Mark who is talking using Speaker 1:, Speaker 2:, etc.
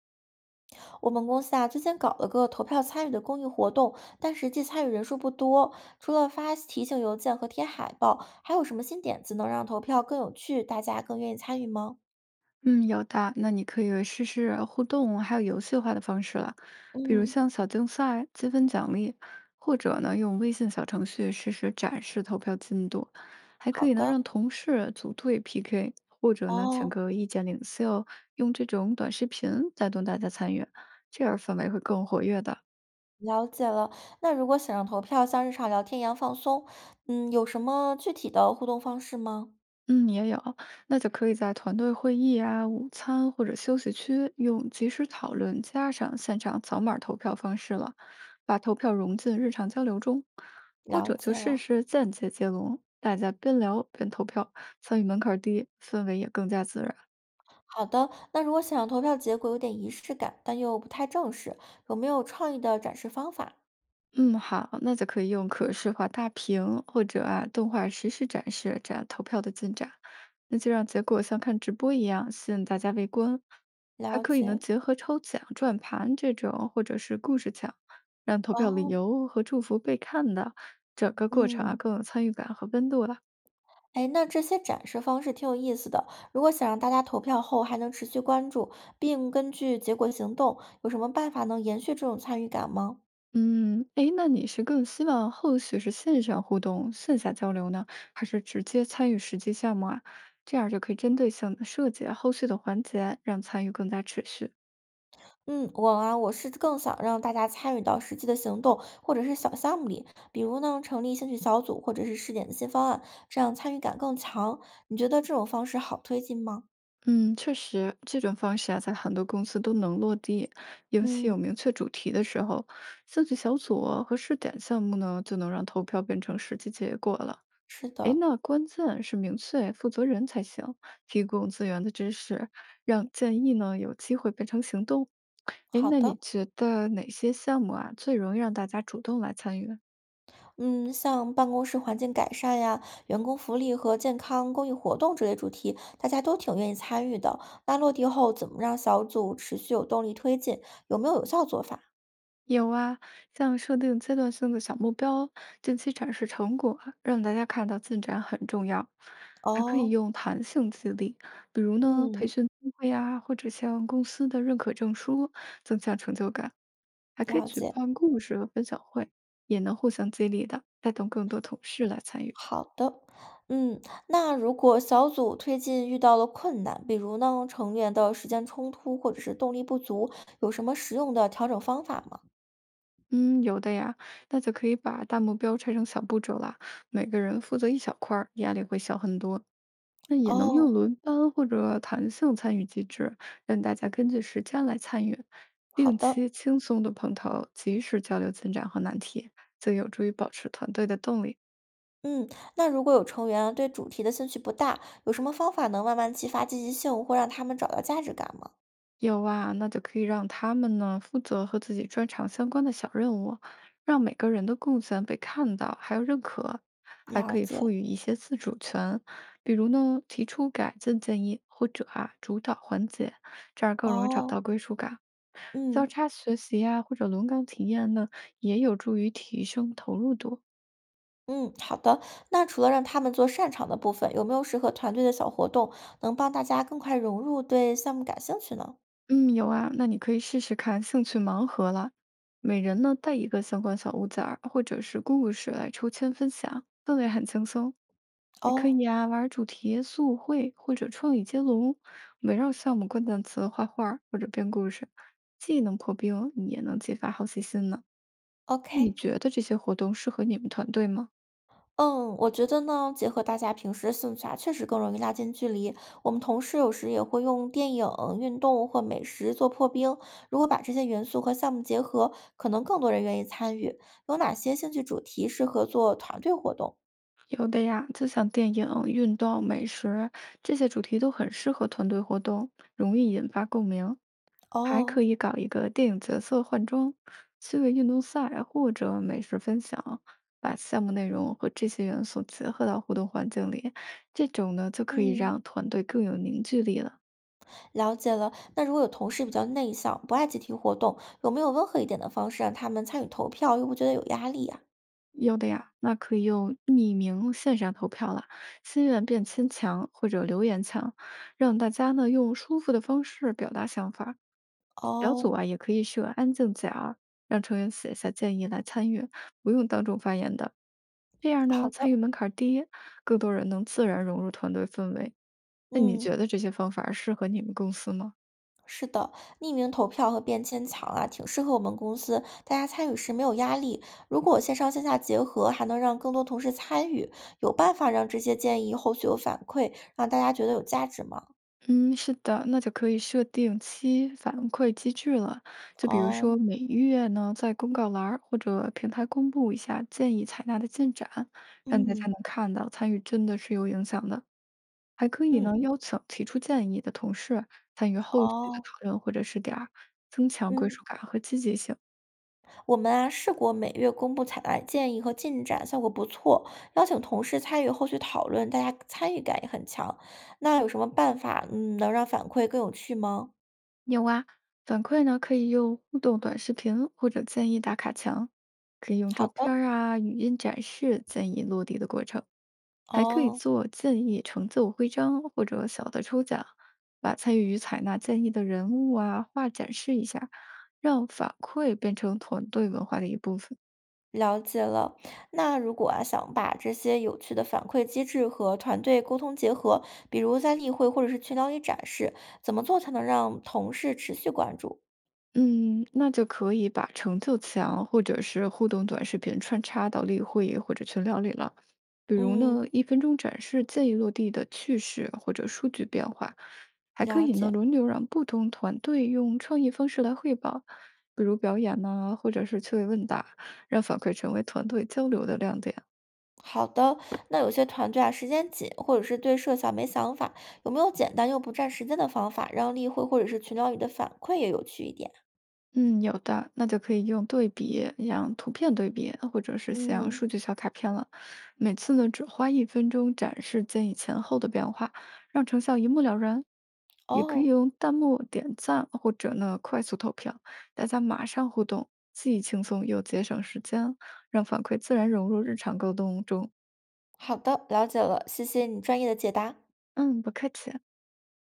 Speaker 1: 我们公司啊，最近搞了个投票参与的公益活动，但实际参与人数不多。除了发提醒邮件和贴海报，还有什么新点子能让投票更有趣，大家更愿意参与吗？
Speaker 2: 嗯，有的。那你可以试试互动还有游戏化的方式了，比如
Speaker 1: 嗯，
Speaker 2: 像小竞赛、积分奖励，或者呢用微信小程序实时展示投票进度，还可
Speaker 1: 好
Speaker 2: 以呢
Speaker 1: 的，
Speaker 2: 让同事组队 PK，或者呢请
Speaker 1: 哦，
Speaker 2: 个意见领袖，用这种短视频带动大家参与，这样氛围会更活跃的。
Speaker 1: 了解了。那如果想让投票像日常聊天一样放松，嗯，有什么具体的互动方式吗？
Speaker 2: 嗯，也有。那就可以在团队会议啊、午餐或者休息区用即时讨论加上现场扫码投票方式了，把投票融进日常交流中。或
Speaker 1: 了
Speaker 2: 者就
Speaker 1: 解
Speaker 2: 试
Speaker 1: 了。
Speaker 2: 试间接接龙，大家边聊边投票，参与门槛儿低，氛围也更加自然。
Speaker 1: 好的，那如果想让投票结果有点仪式感，但又不太正式，有没有创意的展示方法？
Speaker 2: 嗯，好，那就可以用可视化大屏或者啊动画实时展示展投票的进展，那就让结果像看直播一样吸引大家围观。还
Speaker 1: 了
Speaker 2: 可以呢，
Speaker 1: 解。
Speaker 2: 结合抽奖、转盘这种，或者是故事墙，让投票理
Speaker 1: 哦，
Speaker 2: 由和祝福被看到，整个过程啊
Speaker 1: 嗯。
Speaker 2: 更有参与感和温度了。
Speaker 1: 哎，那这些展示方式挺有意思的。如果想让大家投票后还能持续关注，并根据结果行动，有什么办法能延续这种参与感吗？
Speaker 2: 嗯，诶，那你是更希望后续是线上互动、线下交流呢，还是直接参与实际项目啊？这样就可以针对性的设计后续的环节，让参与更加持续。
Speaker 1: 嗯，我啊，我是更想让大家参与到实际的行动或者是小项目里，比如呢，成立兴趣小组或者是试点的新方案，这样参与感更强。你觉得这种方式好推进吗？
Speaker 2: 嗯，确实，这种方式啊，在很多公司都能落地，尤其
Speaker 1: 嗯，
Speaker 2: 有明确主题的时候，兴趣小组和试点项目呢，就能让投票变成实际结果了。
Speaker 1: 是
Speaker 2: 诶，
Speaker 1: 的，
Speaker 2: 那关键是明确负责人才行，提供资源的支持，让建议呢有机会变成行动。诶，
Speaker 1: 好
Speaker 2: 那你
Speaker 1: 的。
Speaker 2: 觉得哪些项目啊最容易让大家主动来参与？
Speaker 1: 嗯，像办公室环境改善呀、员工福利和健康公益活动这类主题，大家都挺愿意参与的。那落地后，怎么让小组持续有动力推进？有没有有效做法？
Speaker 2: 有啊，像设定阶段性的小目标，近期展示成果，让大家看到进展很重要。还可以
Speaker 1: 哦，
Speaker 2: 用弹性激励，比如呢，培
Speaker 1: 嗯，
Speaker 2: 训机会啊，或者像公司的认可证书，增强成就感。还可以
Speaker 1: 了
Speaker 2: 举
Speaker 1: 解。
Speaker 2: 办故事和分享会，也能互相激励的，带动更多同事来参与。
Speaker 1: 好的，嗯，那如果小组推进遇到了困难，比如呢成员的时间冲突或者是动力不足，有什么实用的调整方法吗？
Speaker 2: 嗯，有的呀，那就可以把大目标拆成小步骤啦，每个人负责一小块儿，压力会小很多。那也能用
Speaker 1: 哦，
Speaker 2: 轮班或者弹性参与机制，让大家根据时间来参与，
Speaker 1: 好
Speaker 2: 定
Speaker 1: 的。
Speaker 2: 期轻松的碰头，及时交流进展和难题，就有助于保持团队的动力。
Speaker 1: 嗯，那如果有成员啊对主题的兴趣不大，有什么方法能慢慢激发积极性，或让他们找到价值感吗？
Speaker 2: 有啊，那就可以让他们呢负责和自己专长相关的小任务，让每个人的贡献被看到，还有认可，还可
Speaker 1: 了
Speaker 2: 以赋
Speaker 1: 解，
Speaker 2: 予一些自主权，比如呢提出改进建议，或者啊主导环节，这样更容易找
Speaker 1: 哦，
Speaker 2: 到归属感。交
Speaker 1: 嗯
Speaker 2: 叉学习呀、或者轮岗体验呢，也有助于提升投入度。
Speaker 1: 嗯，好的。那除了让他们做擅长的部分，有没有适合团队的小活动，能帮大家更快融入，对项目感兴趣呢？
Speaker 2: 嗯，有啊，那你可以试试看兴趣盲盒了。每人呢带一个相关小物件儿或者是故事来抽签分享，氛围很轻松。还可
Speaker 1: 哦
Speaker 2: 以啊，玩儿主题速绘或者创意接龙，围绕项目关键词画画儿或者编故事，既能破冰，也能激发好奇心呢。那你
Speaker 1: ，OK。
Speaker 2: 觉得这些活动适合你们团队吗？
Speaker 1: 嗯，我觉得呢，结合大家平时的兴趣啊，确实更容易拉近距离。我们同事有时也会用电影、运动或美食做破冰。如果把这些元素和项目结合，可能更多人愿意参与。有哪些兴趣主题适合做团队活动？
Speaker 2: 有的呀，就像电影、运动、美食这些主题都很适合团队活动，容易引发共鸣。还可
Speaker 1: 哦，
Speaker 2: 以搞一个电影角色换装、趣味运动赛或者美食分享，把项目内容和这些元素结合到互动环境里，这种呢就可以
Speaker 1: 嗯，
Speaker 2: 让团队更有凝聚力了。
Speaker 1: 了解了。那如果有同事比较内向，不爱集体活动，有没有温和一点的方式让他们参与投票，又不觉得有压力呀？
Speaker 2: 有的呀，那可以用匿名线上投票了，心愿变迁墙或者留言墙，让大家呢用舒服的方式表达想法。小组
Speaker 1: 哦，
Speaker 2: 啊也可以设安静角儿，让成员写下建议来参与，不用当众发言的。这样呢，
Speaker 1: 好
Speaker 2: 参
Speaker 1: 的，
Speaker 2: 与门槛儿低，更多人能自然融入团队氛围。那你
Speaker 1: 嗯。
Speaker 2: 觉得这些方法适合你们公司吗？
Speaker 1: 是的，匿名投票和便签墙啊，挺适合我们公司，大家参与时没有压力。如果线上线下结合，还能让更多同事参与，有办法让这些建议后续有反馈，让大家觉得有价值吗？
Speaker 2: 嗯，是的，那就可以设定期反馈机制了。就比如说
Speaker 1: 哦，
Speaker 2: 每月呢，在公告栏儿或者平台公布一下建议采纳的进展，让大家
Speaker 1: 嗯
Speaker 2: 能看到参与真的是有影响的。还可以呢，
Speaker 1: 嗯，
Speaker 2: 邀请提出建议的同事参与后续的
Speaker 1: 哦。
Speaker 2: 讨论或者试点儿，增强归
Speaker 1: 嗯，
Speaker 2: 属感和积极性。
Speaker 1: 我们啊试过每月公布采纳建议和进展，效果不错。邀请同事参与后续讨论，大家参与感也很强。那有什么办法，嗯，能让反馈更有趣吗？
Speaker 2: 有啊，反馈呢可以用互动短视频或者建议打卡墙，可以用照
Speaker 1: 好
Speaker 2: 片
Speaker 1: 的，
Speaker 2: 儿啊、语音展示建议落地的过程，还可以
Speaker 1: 哦。
Speaker 2: 做建议成就徽章或者小的抽奖，把参与采纳建议的人物啊画展示一下，让反馈变成团队文化的一部分。
Speaker 1: 了解了，那如果啊想把这些有趣的反馈机制和团队沟通结合，比如在例会或者是群聊里展示，怎么做才能让同事持续关注？
Speaker 2: 嗯，那就可以把成就墙或者是互动短视频穿插到例会或者群聊里了。比如呢，
Speaker 1: 嗯，
Speaker 2: 一分钟展示建议落地的趣事或者数据变化，还可
Speaker 1: 了
Speaker 2: 以呢
Speaker 1: 解。
Speaker 2: 轮流让不同团队用创意方式来汇报，比如表演呐、或者是趣味问答，让反馈成为团队交流的亮点。
Speaker 1: 好的，那有些团队啊时间紧，或者是对设想没想法，有没有简单又不占时间的方法，让例会或者是群聊里的反馈也有趣一点？
Speaker 2: 嗯，有的，那就可以用对比，让图片对比，或者是像
Speaker 1: 嗯，
Speaker 2: 数据小卡片了。每次呢，只花一分钟展示建议前后的变化，让成效一目了然。也可以
Speaker 1: 哦，
Speaker 2: 用弹幕点赞，或者呢快速投票，大家马上互动，既轻松又节省时间，让反馈自然融入日常沟通中。
Speaker 1: 好的，了解了，谢谢你专业的解答。
Speaker 2: 嗯，不客气。